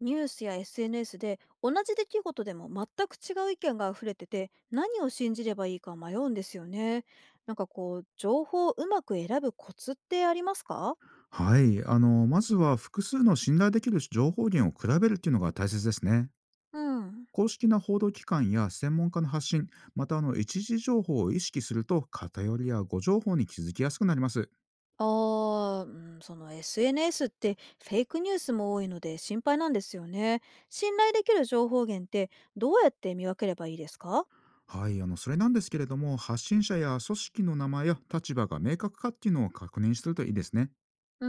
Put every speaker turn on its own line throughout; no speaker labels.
ニュースや SNS で同じ出来事でも全く違う意見が溢れてて何を信じればいいか迷うんですよね。なんかこう情報をうまく選ぶコツってありますか？
はい、まずは複数の信頼できる情報源を比べるっていうのが大切ですね。
うん。
公式な報道機関や専門家の発信、また一時情報を意識すると偏りや誤情報に気づきやすくなります。
うん、その SNS ってフェイクニュースも多いので心配なんですよね。信頼できる情報源って、どうやって見分ければいいですか？
はい、それなんですけれども、発信者や組織の名前や立場が明確かっていうのを確認するといいですね。
うー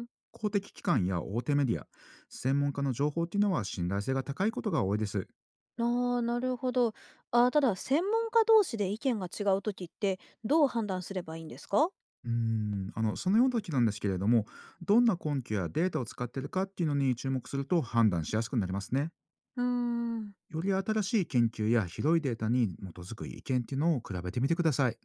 ん。
公的機関や大手メディア、専門家の情報っていうのは信頼性が高いことが多いです。
なるほど。ただ専門家同士で意見が違う時って、どう判断すればいいんですか？
そのような時なんですけれども、どんな根拠やデータを使っているかっていうのに注目すると判断しやすくなりますね。
うーん。
より新しい研究や広いデータに基づく意見っていうのを比べてみてください。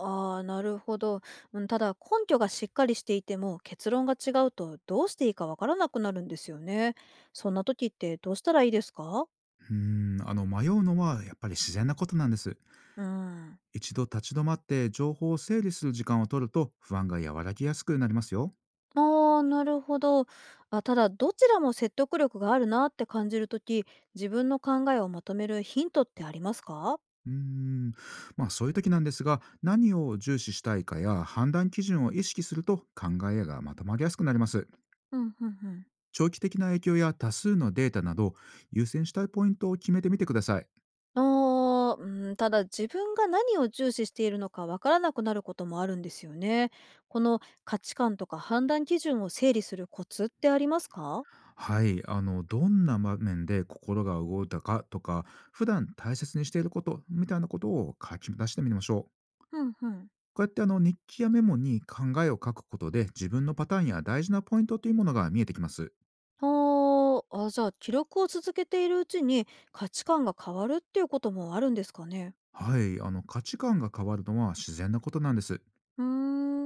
ああ、なるほど。うん、ただ根拠がしっかりしていても結論が違うとどうしていいかわからなくなるんですよね。そんな時ってどうしたらいいですか？
迷うのはやっぱり自然なことなんです。
うん。
一度立ち止まって情報を整理する時間を取ると不安が和らぎやすくなりますよ。
ああ、なるほど。あ、ただどちらも説得力があるなって感じる時、自分の考えをまとめるヒントってありますか？
うーんまあそういう時なんですが、何を重視したいかや判断基準を意識すると考えがまとまりやすくなります。
うんうんうん。
長期的な影響や多数のデータなど、優先したいポイントを決めてみてください。
うん、ただ自分が何を重視しているのかわからなくなることもあるんですよね。この価値観とか判断基準を整理するコツってありますか？
はい、どんな場面で心が動いたかとか、普段大切にしていることみたいなことを書き出してみましょう。
うんうん。
こうやって日記やメモに考えを書くことで自分のパターンや大事なポイントというものが見えてきます。
ああ、あ、じゃあ、記録を続けているうちに、価値観が変わるっていうこともあるんですかね？
はい、価値観が変わるのは自然なことなんです。
うー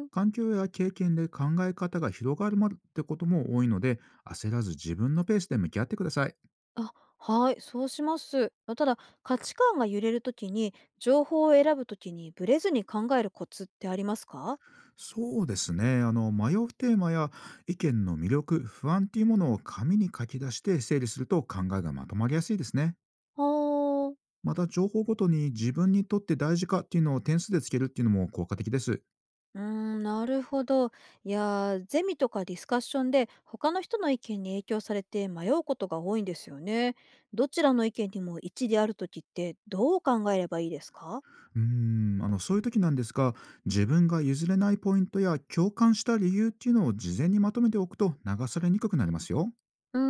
ん。
環境や経験で考え方が広がるまでってことも多いので、焦らず自分のペースで向き合ってください。
あ、はい、そうします。あ、ただ、価値観が揺れるときに、情報を選ぶときにブレずに考えるコツってありますか？
そうですね。迷うテーマや意見の魅力、不安っていうものを紙に書き出して整理すると考えがまとまりやすいですね。
ああ。
また、情報ごとに自分にとって大事かっていうのを点数でつけるっていうのも効果的です。
うーん、なるほど。いやー、ゼミとかディスカッションで、他の人の意見に影響されて迷うことが多いんですよね。どちらの意見にも一理あるときって、どう考えればいいですか？
そういう時なんですが、自分が譲れないポイントや共感した理由っていうのを事前にまとめておくと流されにくくなりますよ。
うー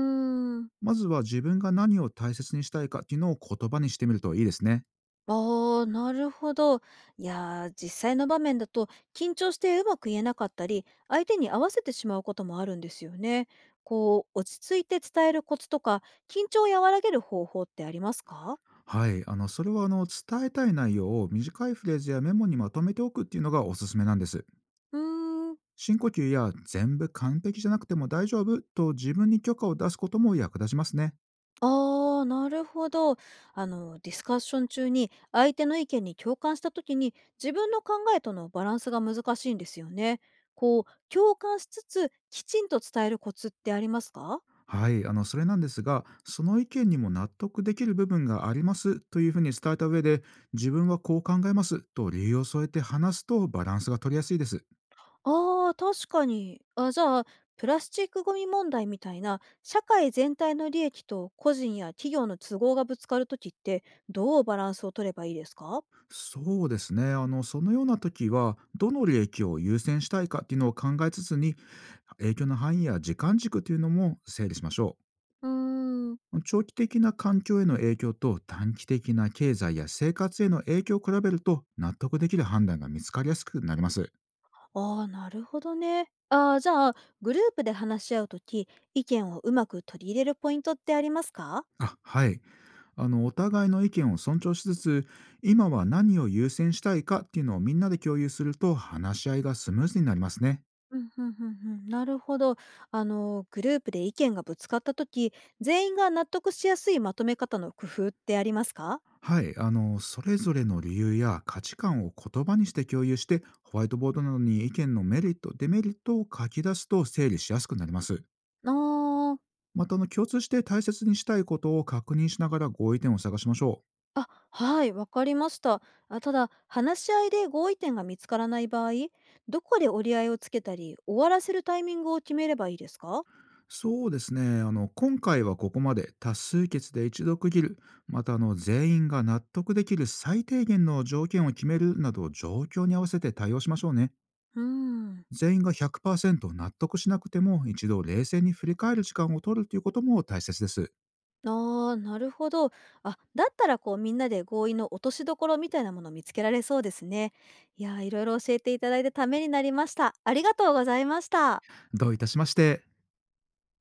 ん。
まずは自分が何を大切にしたいかっていうのを言葉にしてみるといいですね。
ああ、なるほど。いやー、実際の場面だと緊張してうまく言えなかったり、相手に合わせてしまうこともあるんですよね。こう、落ち着いて伝えるコツとか、緊張を和らげる方法ってありますか？
はい、それは伝えたい内容を短いフレーズやメモにまとめておくっていうのがおすすめなんです。
うーん。
深呼吸や全部完璧じゃなくても大丈夫と自分に許可を出すことも役立ちますね。
ああ、なるほど。ディスカッション中に相手の意見に共感した時に自分の考えとのバランスが難しいんですよね。こう、共感しつつきちんと伝えるコツってありますか？
はい、それなんですが、その意見にも納得できる部分がありますというふうに伝えた上で、自分はこう考えますと理由を添えて話すとバランスが取りやすいです。
ああ、確かに。あ、じゃあ、プラスチックごみ問題みたいな、社会全体の利益と個人や企業の都合がぶつかるときって、どうバランスを取ればいいですか？
そうですね。そのような時は、どの利益を優先したいかっていうのを考えつつに、影響の範囲や時間軸というのも整理しましょ
うーん。
う。長期的な環境への影響と短期的な経済や生活への影響を比べると納得できる判断が見つかりやすくなります。
ああ、なるほどね。ああ、じゃあ、グループで話し合うとき、意見をうまく取り入れるポイントってありますか？
あ、はい。お互いの意見を尊重しつつ、今は何を優先したいかっていうのをみんなで共有すると話し合いがスムーズになりますね。
うんうんうん。うん、なるほど。グループで意見がぶつかったとき、全員が納得しやすいまとめ方の工夫ってありますか？
はい、それぞれの理由や価値観を言葉にして共有して、ホワイトボードなどに意見のメリット、デメリットを書き出すと整理しやすくなります。
あー
また、共通して大切にしたいことを確認しながら合意点を探しましょう。
あ、はい、わかりました。あ、ただ、話し合いで合意点が見つからない場合、どこで折り合いをつけたり、終わらせるタイミングを決めればいいですか？
そうですね、今回はここまで多数決で一度区切る、また、全員が納得できる最低限の条件を決めるなど、状況に合わせて対応しましょうね。
うーん。
全員が100%納得しなくても、一度冷静に振り返る時間を取るということも大切です。
ああ、なるほど。あ、だったらこうみんなで合意の落としどころみたいなものを見つけられそうですね。いやー、いろいろ教えていただいてためになりました。ありがとうございました。
どういたしまして。